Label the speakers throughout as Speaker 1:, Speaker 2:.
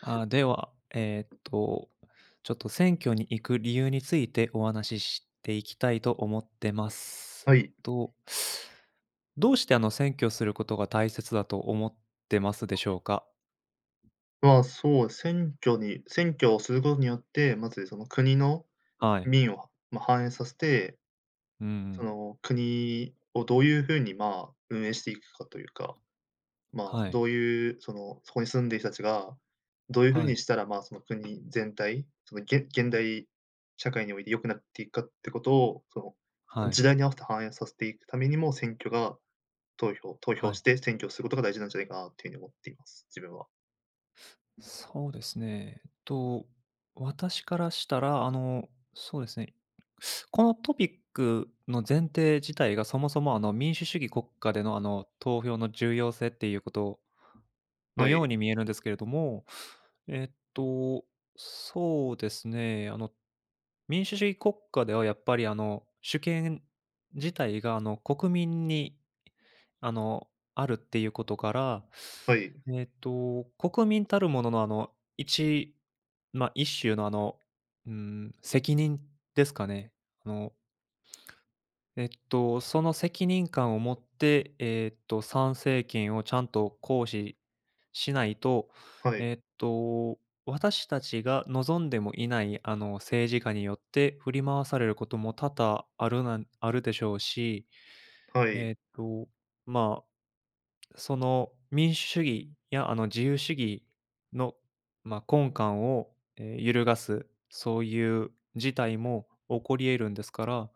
Speaker 1: あ、では、ちょっと選挙に行く理由についてお話ししていきたいと思ってます。
Speaker 2: はい。
Speaker 1: どうして選挙することが大切だと思ってますでしょうか？
Speaker 2: そう、選挙をすることによって、まずその国の
Speaker 1: はい。
Speaker 2: 民を、まあ、反映させて、
Speaker 1: うんう
Speaker 2: そ
Speaker 1: ん。
Speaker 2: の国をどういうふうに、まあ、運営していくかというか、まあ、
Speaker 1: はい。
Speaker 2: どういう、そこに住んでいる人たちが、どういうふう
Speaker 1: はい。
Speaker 2: にしたら、まあ、その国全体、そのげ現代社会において良くなっていくかってことを、
Speaker 1: は
Speaker 2: 時
Speaker 1: い。
Speaker 2: 代に合わせて反映させていくためにも、選挙が投票投票
Speaker 1: は
Speaker 2: し
Speaker 1: い。
Speaker 2: て選挙をすることが大事なんじゃないかなっていうふうに思っています、自分は。
Speaker 1: そうですね。私からしたら、そうですね、このトピックの前提自体がそもそも民主主義国家での投票の重要性っていうことの
Speaker 2: は
Speaker 1: よう
Speaker 2: い、
Speaker 1: に見えるんですけれども、えっと、そうですね、民主主義国家ではやっぱり主権自体が国民にあの、あるっていうことから、
Speaker 2: はい、
Speaker 1: 国民たるものの一種の責任ですかね。あのその責任感を持って、参政権をちゃんと行使しないと、
Speaker 2: はい。
Speaker 1: えっと、私たちが望んでもいない、政治家によって振り回されることも多々あるなんあるでしょうし、
Speaker 2: はい。
Speaker 1: えっと、まあその民主主義や自由主義の、まあ、根幹を、揺るがす、そういう事態も起こり得るんですから、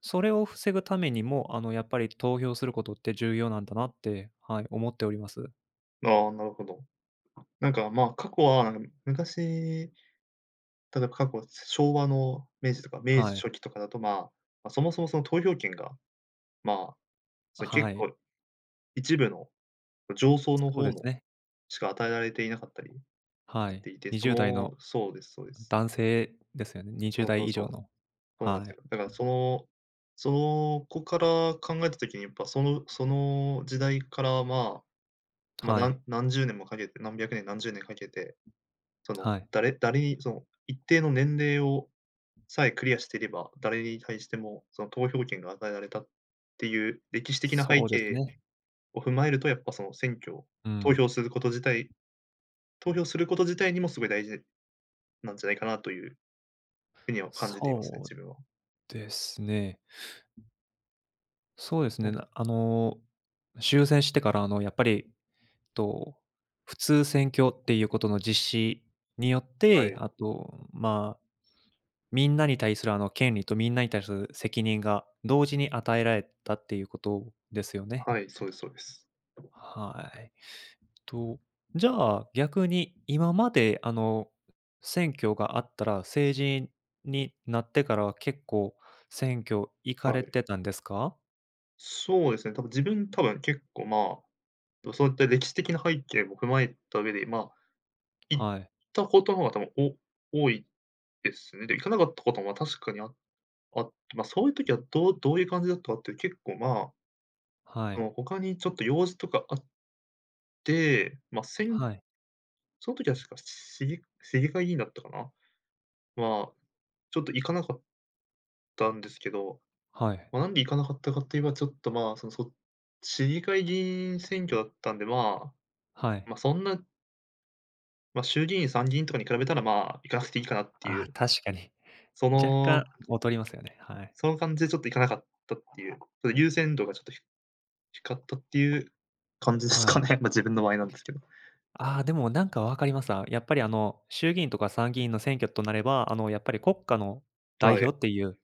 Speaker 1: それを防ぐためにも、やっぱり投票することって重要なんだなって、はい、思っております。
Speaker 2: ああ、なるほど。なんか、まあ、過去は、なんか昔、例えば過去、昭和の明治とか明治
Speaker 1: はい。
Speaker 2: 初期とかだと、まあ、そもそもその投票権が、まあ、その結
Speaker 1: はい。
Speaker 2: 構一部の上層の
Speaker 1: そう
Speaker 2: 方
Speaker 1: です
Speaker 2: の
Speaker 1: ね。
Speaker 2: しか与えられていなかったり
Speaker 1: は
Speaker 2: し
Speaker 1: い。
Speaker 2: ていて、
Speaker 1: 20代の
Speaker 2: そうです、そうです。
Speaker 1: 男性ですよね。
Speaker 2: そう
Speaker 1: 20
Speaker 2: そう
Speaker 1: 代以
Speaker 2: そう。
Speaker 1: 上の。
Speaker 2: そうなんで
Speaker 1: は
Speaker 2: す
Speaker 1: い。
Speaker 2: よ。だからその、その子から考えた時にやっぱその時代から、まあ、
Speaker 1: はい。
Speaker 2: 何十年もかけて、何百年何十年かけてその、
Speaker 1: はい。
Speaker 2: 誰に、一定の年齢をさえクリアしていれば、誰に対しても、投票権が与えられたっていう歴史的な背
Speaker 1: そうです
Speaker 2: 景
Speaker 1: ね。
Speaker 2: を踏まえると、やっぱ、選挙、
Speaker 1: う
Speaker 2: 投
Speaker 1: ん。
Speaker 2: 票すること自体投票すること自体にもすごい大事なんじゃないかなというふうには感じていますね、
Speaker 1: そう
Speaker 2: 自分は。
Speaker 1: ですね。そうです
Speaker 2: うん、
Speaker 1: ね、なあの、終戦してから、やっぱり、と、普通選挙っていうことの実施によっ
Speaker 2: は
Speaker 1: て、
Speaker 2: い、
Speaker 1: あと、まあ、みんなに対する権利とみんなに対する責任が同時に与えられたっていうことですよね。
Speaker 2: はい、そうです、そうです。
Speaker 1: はい。と、じゃあ、逆に今まで、選挙があったら、成人になってからは結構選挙行か
Speaker 2: は
Speaker 1: れ
Speaker 2: い。
Speaker 1: てたんですか？
Speaker 2: そうですね、多分自分、多分結構、まあ、そういった歴史的な背景も踏まえた上で、まあ、行っ
Speaker 1: はい。
Speaker 2: たことの方が多分多いですね。で、行かなかったことも確かにあって、まあ、そういう時はどういう感じだったかっていう、結構、まあ、
Speaker 1: は
Speaker 2: そ
Speaker 1: い。
Speaker 2: の、他にちょっと用事とかあって、まあ、
Speaker 1: はい。
Speaker 2: その時は確か市議会議員だったかな。まあ、ちょっと行かなかったんですけど、
Speaker 1: はい。
Speaker 2: まあ、なんで行かなかったかといえば、ちょっと、まあ、その、市議会議員選挙だったんで、ま
Speaker 1: は
Speaker 2: あ、
Speaker 1: い。
Speaker 2: そんな、まあ、衆議院、参議院とかに比べたら、まあ、行かなくていいかなってい
Speaker 1: ああ、
Speaker 2: う、
Speaker 1: 確かに。
Speaker 2: そ
Speaker 1: 若
Speaker 2: の
Speaker 1: 干劣りますよね。はい。
Speaker 2: その感じでちょっと行かなかったっていう、ちょっと優先度がちょっと低かったっていう感じです
Speaker 1: は
Speaker 2: か
Speaker 1: い。
Speaker 2: ね。ま、自分の場合なんですけど。
Speaker 1: ああ、でもなんかわかります。あ、やっぱり衆議院とか参議院の選挙となれば、やっぱり国家の代
Speaker 2: はい。
Speaker 1: 表っていう、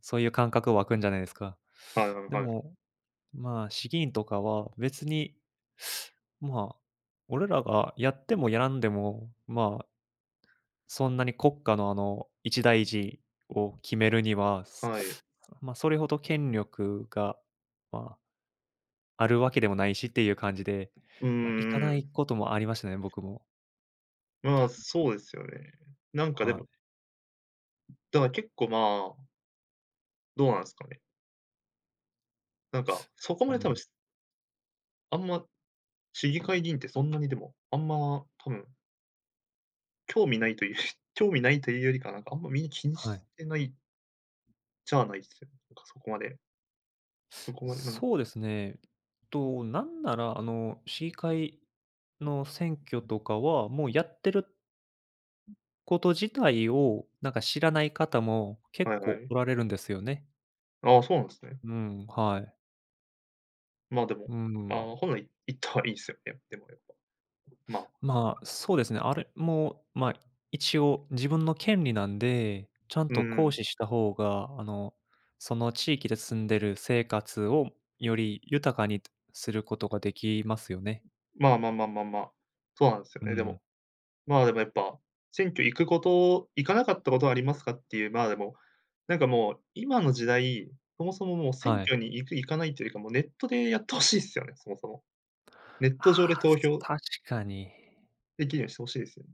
Speaker 1: そういう感覚湧くんじゃないですか。
Speaker 2: はいはい
Speaker 1: で
Speaker 2: はい。
Speaker 1: も、まあ、市議員とかは別に、まあ、俺らがやってもやらんでも、まあ、そんなに国家の一大事を決めるには、す
Speaker 2: はい。
Speaker 1: まあ、それほど権力が、まああるわけでもないしっていう感じで、
Speaker 2: う
Speaker 1: ま、行か
Speaker 2: んう
Speaker 1: ない
Speaker 2: ん、
Speaker 1: こともありましたね、僕も。
Speaker 2: まあ、そうですよね。なんかで
Speaker 1: は
Speaker 2: も、
Speaker 1: い。
Speaker 2: だから結構まあ、どうなんですかね。なんか、そこま
Speaker 1: う
Speaker 2: で多分、
Speaker 1: ん。
Speaker 2: あんま市議会議員ってそんなにでも、あんま多分、興味ないという 興味ないというよりか、なんかあんまみんな気に
Speaker 1: は
Speaker 2: し
Speaker 1: い。
Speaker 2: てないじゃないですよ。なんかそこまで、
Speaker 1: そうですね。なんなら、市議会の選挙とかは、もうやってること自体を、なんか知らない方も
Speaker 2: は
Speaker 1: 結
Speaker 2: いは
Speaker 1: 構
Speaker 2: い。
Speaker 1: おられるんですよね。
Speaker 2: ああ、そうなんですね。
Speaker 1: うん、はい。
Speaker 2: まあ、でも、
Speaker 1: う
Speaker 2: あ
Speaker 1: ん。
Speaker 2: あ、本来行ったはいいですよね、でもやっぱ。まあ、
Speaker 1: まあ、そうですね。あれも、まあ、一応自分の権利なんで、ちゃん
Speaker 2: う
Speaker 1: と行
Speaker 2: ん。
Speaker 1: 使した方が、その地域で住んでる生活をより豊かにすることができますよね。
Speaker 2: まあまあまあまあまあ、そうなんですよ
Speaker 1: う
Speaker 2: ね、でも。
Speaker 1: ん。
Speaker 2: まあ、でもやっぱ、選挙行くこと行かなかったことはありますかっていう、まあ、でも、なんかもう、今の時代、そもそももう選
Speaker 1: はい。
Speaker 2: 挙に行く、行かないというよりか、もうネットでやって欲しいっすよね、そもそも。ネッ
Speaker 1: あ
Speaker 2: ト上で
Speaker 1: あ、
Speaker 2: 投票
Speaker 1: 確かに。
Speaker 2: できるようにして欲しいですよね。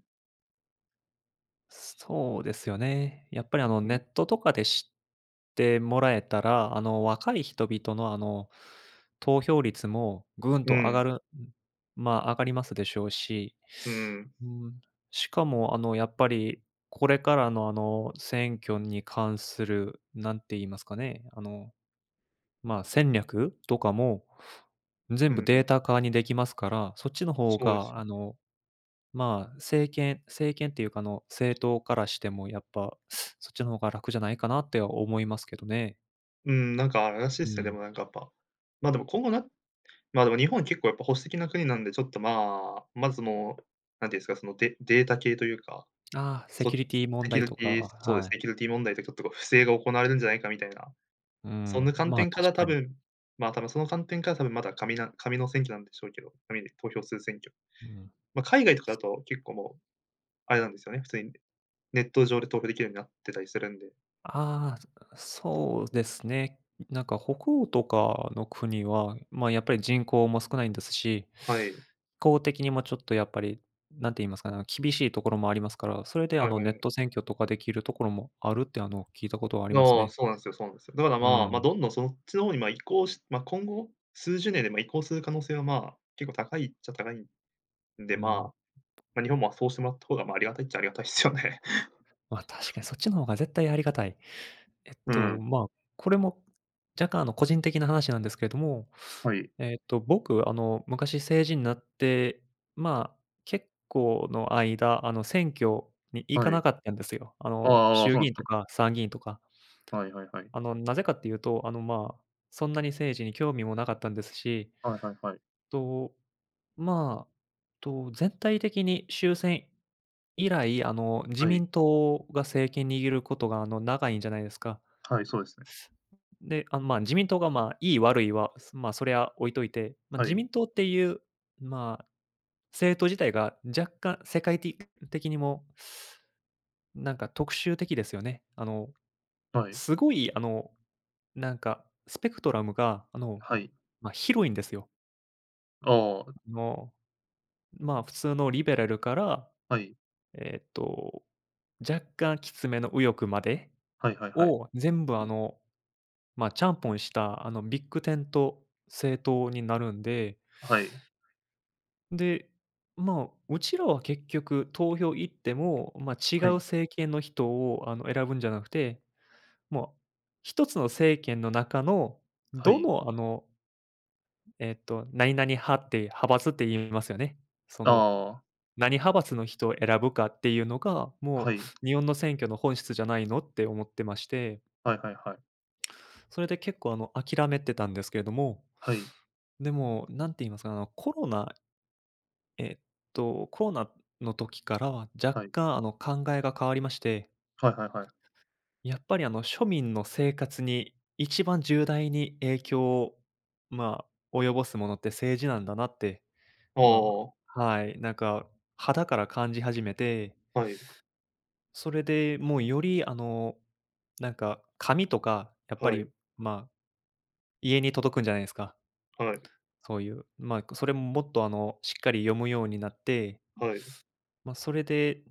Speaker 1: そうですよね。やっぱり
Speaker 2: う
Speaker 1: ネ
Speaker 2: ん。
Speaker 1: ットとかで知ってもらえたら、若い人々の投票率もぐん
Speaker 2: う
Speaker 1: と上が
Speaker 2: ん。
Speaker 1: る、まあ、上がりますでしょうし、
Speaker 2: うん
Speaker 1: うん、しかもやっぱりこれからの選挙に関する、なんて言いますかね、まあ、戦略とかも
Speaker 2: う
Speaker 1: 全部デー
Speaker 2: ん。
Speaker 1: タ化にできますから、そっちの方
Speaker 2: そうです
Speaker 1: が
Speaker 2: よ。
Speaker 1: まあ、政権っていうか、政党からしてもやっぱ、そっちの方が楽じゃないかなって思いますけどね。
Speaker 2: うん、なんかあれらしいっ
Speaker 1: う
Speaker 2: すね、で
Speaker 1: ん。
Speaker 2: もなんかやっぱ。まあ、でも今後なまあ、でも日本結構やっぱ保守的な国なんで、ちょっとまあ、まずもう、なんていうんですか、そのデータ系というか
Speaker 1: ああ、セキ
Speaker 2: そ
Speaker 1: ュリティ
Speaker 2: セ
Speaker 1: 問
Speaker 2: キ
Speaker 1: 題
Speaker 2: ュリ
Speaker 1: と
Speaker 2: テ
Speaker 1: か、
Speaker 2: ィそうで
Speaker 1: は
Speaker 2: す、セ
Speaker 1: い。
Speaker 2: キュリティ問題とかちょっとこう不正が行われるんじゃないかみたいな、
Speaker 1: う
Speaker 2: そんな
Speaker 1: ん、
Speaker 2: 観
Speaker 1: まあ、
Speaker 2: 点か
Speaker 1: 確
Speaker 2: ら多
Speaker 1: かに。
Speaker 2: 分、ま、多分その観点から多分まだ紙の選挙なんでしょうけど、紙で投票する選挙。
Speaker 1: うん。
Speaker 2: ま、海外とかだと結構もう、あれなんですよね、普通にネット上で投票できるようになってたりするんで。
Speaker 1: ああ、
Speaker 2: そ
Speaker 1: そうですね。なんか北欧とかの国は、まあ、やっぱり人口も少ないんですし、
Speaker 2: う、はい。
Speaker 1: 公的にもちょっとやっぱり、なんて言いますかね、厳しいところもありますから、それで
Speaker 2: はい
Speaker 1: ネ
Speaker 2: は
Speaker 1: ッ
Speaker 2: い。
Speaker 1: ト選挙とかできるところもあるって、聞いたことはあります
Speaker 2: ああ、
Speaker 1: ね。
Speaker 2: そうなんすよそうなんすよ。だから
Speaker 1: う
Speaker 2: まあ、ま、
Speaker 1: ん、
Speaker 2: どんどんそっちの方にま、移行しま、今後、数十年でま、移行する可能性はまあ、結構高いっちゃ高いんで、
Speaker 1: うん。
Speaker 2: まあ、ま、日本もそうしてもらった方がま、ありがたいっちゃありがたいっすよね。
Speaker 1: まあ、確かにそっちの方が絶対ありがたい。
Speaker 2: うん、
Speaker 1: まあ、これも若干、個人的な話なんですけれども、
Speaker 2: はい。
Speaker 1: 僕、昔成人になって、まあ、結構の間、選挙に行か
Speaker 2: はい。
Speaker 1: なかったんですよ。
Speaker 2: ああああ、そ
Speaker 1: 衆
Speaker 2: うなん
Speaker 1: 議
Speaker 2: で
Speaker 1: 院
Speaker 2: す
Speaker 1: と
Speaker 2: ね。
Speaker 1: か参議院とか。
Speaker 2: はいはいはい。
Speaker 1: なぜかっていうと、まあ、そんなに政治に興味もなかったんですし、
Speaker 2: はいはいはい。
Speaker 1: とまあ、と、全体的に終戦以来、自
Speaker 2: はい。
Speaker 1: 民党が政権握ることが、長いんじゃないですか。
Speaker 2: はい、そうですね。
Speaker 1: で、まあ、自民党が、まあ、いい悪いは、すまあ、それは置いといて、まあ、
Speaker 2: は
Speaker 1: 自
Speaker 2: い。
Speaker 1: 民党っていう、まあ、政党自体が若干世界的にも、なんか特殊的ですよね。
Speaker 2: はい。
Speaker 1: すごい、なんか、スペクトラムが、
Speaker 2: はい。
Speaker 1: まあ、広いんですよ。
Speaker 2: ああ、
Speaker 1: あの、まあ、普通のリベラルから、
Speaker 2: はい。
Speaker 1: えーっと、若干きつめの右翼まで
Speaker 2: はいはいはい。
Speaker 1: を全部まあ、ちゃんぽんしたビッグテント政党になるんで、
Speaker 2: はい。
Speaker 1: で、まあ、うちらは結局投票行っても、まあ、違
Speaker 2: は
Speaker 1: う
Speaker 2: い。
Speaker 1: 政権の人を選ぶんじゃなくて、もう一つの政権の中の
Speaker 2: は
Speaker 1: ど
Speaker 2: い。
Speaker 1: の何々派って派閥って言いますよね。そ
Speaker 2: あ
Speaker 1: の
Speaker 2: あ、
Speaker 1: 何派閥の人を選ぶかっていうのが、
Speaker 2: は
Speaker 1: も
Speaker 2: い。
Speaker 1: う日本の選挙の本質じゃないのって思ってまして、
Speaker 2: はいはいはい。
Speaker 1: それで結構諦めてたんですけれども、
Speaker 2: はい。
Speaker 1: でも、なんて言いますかね、えっコロナの時からは若
Speaker 2: はい。
Speaker 1: 干考えが変わりまして、
Speaker 2: はいはいはい。
Speaker 1: やっぱり庶民の生活に一番重大に影響を、まあ、及ぼすものって政治なんだなって、
Speaker 2: あ
Speaker 1: ま
Speaker 2: あ、
Speaker 1: あ、はい、なんか肌から感じ始めて
Speaker 2: はい。
Speaker 1: それで、もうよりなんか紙とか、やっぱ
Speaker 2: は
Speaker 1: り、
Speaker 2: い。
Speaker 1: まあ、家に届くんじゃないですか。
Speaker 2: はい。
Speaker 1: そういう、まあ、それももっとしっかり読むようになって、
Speaker 2: はい。
Speaker 1: まあ、それで、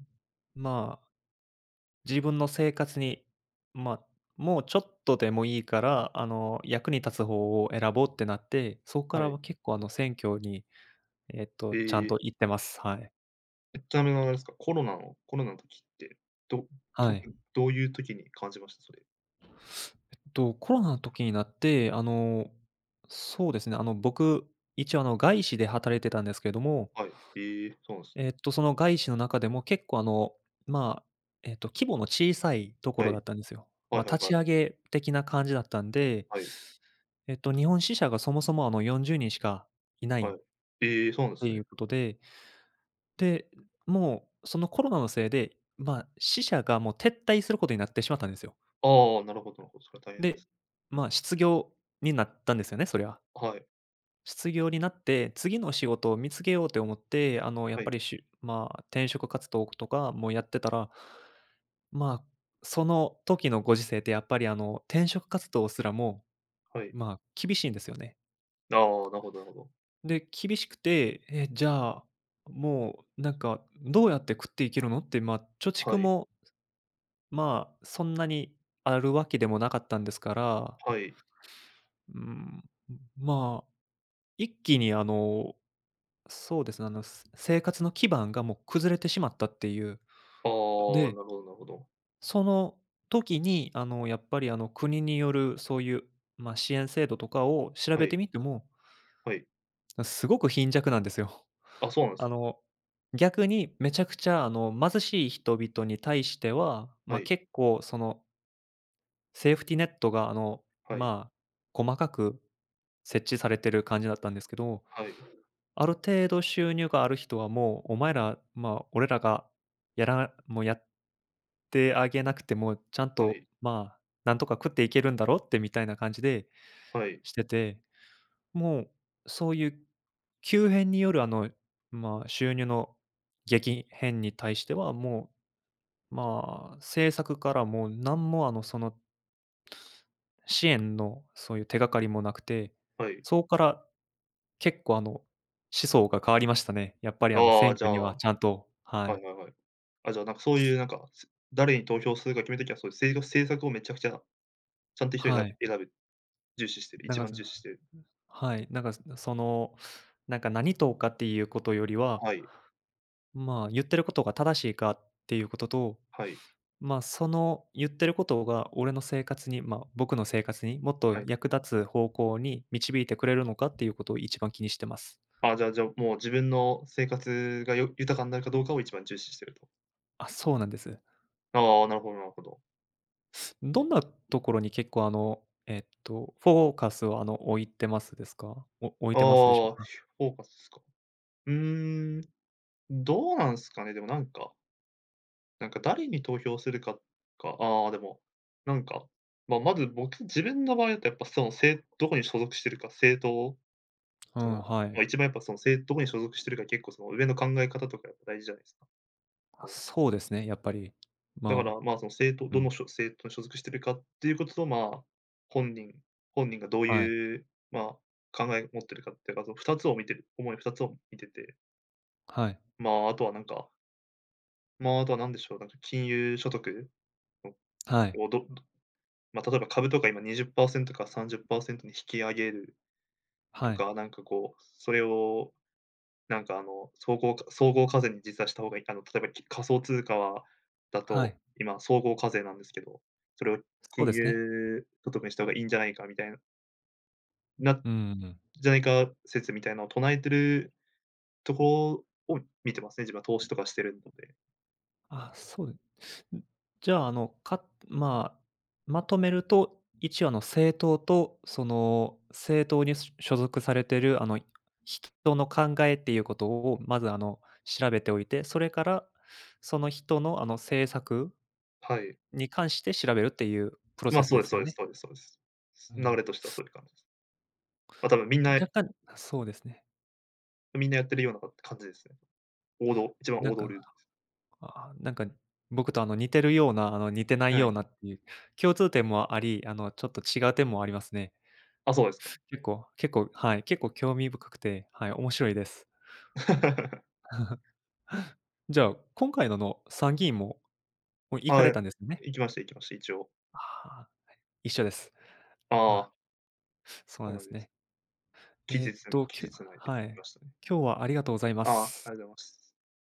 Speaker 1: まあ、自分の生活に、ま、あもうちょっとでもいいから、役に立つ方を選ぼうってなって、そこか
Speaker 2: は
Speaker 1: ら
Speaker 2: い。
Speaker 1: は結構選挙に、ちゃん
Speaker 2: ええ。
Speaker 1: と行ってます。はい。
Speaker 2: ちなみにあれですか、コロナの時って、ど
Speaker 1: は
Speaker 2: と
Speaker 1: い。
Speaker 2: どういう時に感じました？それ。
Speaker 1: コロナの時になって、そうですね、僕、一応外資で働いてたんですけれども、
Speaker 2: はい。ええ、そうなんですね。
Speaker 1: その外資の中でも結構まあ、規模の小さいとこ
Speaker 2: は
Speaker 1: ろ
Speaker 2: い。
Speaker 1: だったんですよ。
Speaker 2: はい
Speaker 1: まあ、
Speaker 2: はい
Speaker 1: 立
Speaker 2: は
Speaker 1: ち上
Speaker 2: い。
Speaker 1: げ的な感じだったんで、
Speaker 2: はい。
Speaker 1: 日本支社がそもそも40人しかいないっ
Speaker 2: はい。ええ、そうなんで
Speaker 1: て
Speaker 2: す
Speaker 1: い
Speaker 2: ね。
Speaker 1: うことで、で、もう、そのコロナのせいで、まあ、支社がもう撤退することになってしまったんですよ。
Speaker 2: ああ、なるほどなるほど、それは大変で
Speaker 1: で、
Speaker 2: す。
Speaker 1: まあ、失業になったんですよね、そりゃ。
Speaker 2: はい、
Speaker 1: 失業になって、次の仕事を見つけようって思って、やっ
Speaker 2: は
Speaker 1: ぱ
Speaker 2: い、
Speaker 1: りしまあ、転職活動とかもやってたら、まあ、その時のご時世ってやっぱり、転職活動すらも、
Speaker 2: はい。
Speaker 1: まあ、厳しいんですよね。
Speaker 2: ああ、なるほどなるほど。
Speaker 1: で、厳しくて、じゃあ、もう、なんか、どうやって食っていけるのって、まあ、貯蓄
Speaker 2: はい、
Speaker 1: も、まあ、そんなにあるわけでもなかったんですから、
Speaker 2: はい。
Speaker 1: うん、まあ、一気に、そうですね、生活の基盤がもう崩れてしまったっていう。
Speaker 2: ああ、
Speaker 1: で、
Speaker 2: なるほどなるほど。
Speaker 1: その時に、やっぱり、国によるそういう、まあ、支援制度とかを調
Speaker 2: は
Speaker 1: べ
Speaker 2: い、
Speaker 1: てみても、
Speaker 2: はい。
Speaker 1: すごく貧弱なんですよ。
Speaker 2: あ、そうなんで
Speaker 1: あ
Speaker 2: すね。
Speaker 1: の、逆にめちゃくちゃ、貧しい人々に対しては、
Speaker 2: は
Speaker 1: まあ、
Speaker 2: い、
Speaker 1: 結構、その、セーフティネットが、
Speaker 2: はい、
Speaker 1: まあ、細かく設置されてる感じだったんですけど
Speaker 2: はい、
Speaker 1: ある程度収入がある人はもう、お前ら、まあ、俺らがもうやってあげなくても、ちゃん
Speaker 2: は
Speaker 1: と、
Speaker 2: い、
Speaker 1: まあ、なんとか食っていけるんだろうってみたいな感じで
Speaker 2: はい、
Speaker 1: してて、もうそういう急変によるまあ、収入の激変に対しては、もう、まあ、政策からもうなんもその支援のそういう手がかりもなくて、
Speaker 2: はい。
Speaker 1: そこから結構思想が変わりましたね。やっぱり
Speaker 2: あ
Speaker 1: 選
Speaker 2: あ、じゃ
Speaker 1: 挙に
Speaker 2: あ、
Speaker 1: は
Speaker 2: は
Speaker 1: ちゃんとは
Speaker 2: いは
Speaker 1: い。
Speaker 2: いはい。あ、じゃあ、なんかそういうなんか、誰に投票するか決めるときは、そういう政策をめちゃくちゃ、ちゃんと一人選
Speaker 1: はい。
Speaker 2: べ選べ重視してる
Speaker 1: なん
Speaker 2: 一
Speaker 1: か、
Speaker 2: 番
Speaker 1: そ
Speaker 2: 重
Speaker 1: の
Speaker 2: 視してる。
Speaker 1: はい、なんか、その、なんか何党かっていうことよりは、
Speaker 2: はい、
Speaker 1: まあ、言ってることが正しいかっていうことと、
Speaker 2: はい、
Speaker 1: まあ、その言ってることが俺の生活に、まあ、僕の生活にもっと
Speaker 2: はい。
Speaker 1: 役立つ方向に導いてくれるのかっていうことを一番気にしてます。
Speaker 2: あ、じゃあ、もう自分の生活が豊かになるかどうかを一番重視してると。
Speaker 1: あ、そうなんです。
Speaker 2: ああ、なるほどなるほど。
Speaker 1: どんなところに結構フォーカスを置いてますですか？置
Speaker 2: あ
Speaker 1: い
Speaker 2: あ、
Speaker 1: てますでしょう
Speaker 2: フ
Speaker 1: か？
Speaker 2: ォーカスですか。うーん、どうなんすかね、でもなんか、なんか誰に投票するか、ああ、でも、なんか、まあ、まず僕自分の場合だとやっぱその、どこに所属してるか、政党、
Speaker 1: う
Speaker 2: そ
Speaker 1: ん、
Speaker 2: の、
Speaker 1: は
Speaker 2: まあ、
Speaker 1: い。
Speaker 2: 一番やっぱその、どこに所属してるか結構その上の考え方とかやっぱ大事じゃないですか。
Speaker 1: あ、
Speaker 2: そう、
Speaker 1: そうですね、やっぱり。
Speaker 2: だから、
Speaker 1: ま
Speaker 2: まあ、その政党
Speaker 1: あう
Speaker 2: ど
Speaker 1: ん。
Speaker 2: のしょ政党に所属してるかっていうことと、まあ、本人本人がどう
Speaker 1: あ、はい、
Speaker 2: いう、まあ、考えを持ってるかっていうか、その2つを見てる、主に2つを見てて、
Speaker 1: はい、
Speaker 2: まあ、あとはなんかまあ、あとは何でしょう、なんか金融所得
Speaker 1: はい、
Speaker 2: をまあ、例えば株とか今20%か30%に引き上げると
Speaker 1: はい、
Speaker 2: か、なんかこう、それをなんかあの、総合課税に実はした方がいい、あの、例えば仮想通貨はだ
Speaker 1: は
Speaker 2: と、
Speaker 1: い。
Speaker 2: 今総合課税なんですけど、それを
Speaker 1: そう
Speaker 2: 金
Speaker 1: ですね。
Speaker 2: 融所得にした方がいいんじゃないかみたいな
Speaker 1: うん。
Speaker 2: じゃないか説みたいなのを唱えてるところを見てますね、自分は投資とかしてるので。
Speaker 1: あ、そうでん、じゃあ、あの、かまあ、まとめると、一応政党と、その、政党に所属されてる、人の考えっていうことを、まず、調べておいて、それから、その人の、政策
Speaker 2: はい。
Speaker 1: に関して調べるっていうプロ
Speaker 2: まあ、
Speaker 1: セス
Speaker 2: そう
Speaker 1: で
Speaker 2: です、
Speaker 1: す
Speaker 2: そう
Speaker 1: よ
Speaker 2: です、
Speaker 1: ね。
Speaker 2: そうです、そうです。
Speaker 1: う
Speaker 2: 流れ
Speaker 1: ん。
Speaker 2: としてはそういう感じです。ま、多分みんな
Speaker 1: 若干そうですね。
Speaker 2: みんなやってるような感じですね。王道一番
Speaker 1: な
Speaker 2: 王
Speaker 1: ん
Speaker 2: 道
Speaker 1: か、
Speaker 2: ルール。
Speaker 1: なんか、僕と、似てるような、似てない
Speaker 2: は
Speaker 1: よう
Speaker 2: い。
Speaker 1: なっていう、共通点もあり、ちょっと違う点もありますね。
Speaker 2: あ、そうですか。
Speaker 1: 結構はい、結構興味深くて、はい、面白いです。じゃあ、今回の参議院も、もう行か
Speaker 2: は
Speaker 1: れ
Speaker 2: い。
Speaker 1: たんですよね？
Speaker 2: 行きました、行きました、一応。
Speaker 1: ああ、一緒です。
Speaker 2: あ
Speaker 1: あ、
Speaker 2: あ、
Speaker 1: そう
Speaker 2: そ
Speaker 1: な
Speaker 2: う
Speaker 1: ん
Speaker 2: な
Speaker 1: で
Speaker 2: ん
Speaker 1: す
Speaker 2: です。
Speaker 1: ね。
Speaker 2: 期
Speaker 1: えー
Speaker 2: 日
Speaker 1: っと、
Speaker 2: 期
Speaker 1: きゅ
Speaker 2: 日まで行
Speaker 1: は
Speaker 2: きま
Speaker 1: い。
Speaker 2: したね。
Speaker 1: 今日はありがとうございま
Speaker 2: ああ、あ
Speaker 1: す。
Speaker 2: りがとうございます。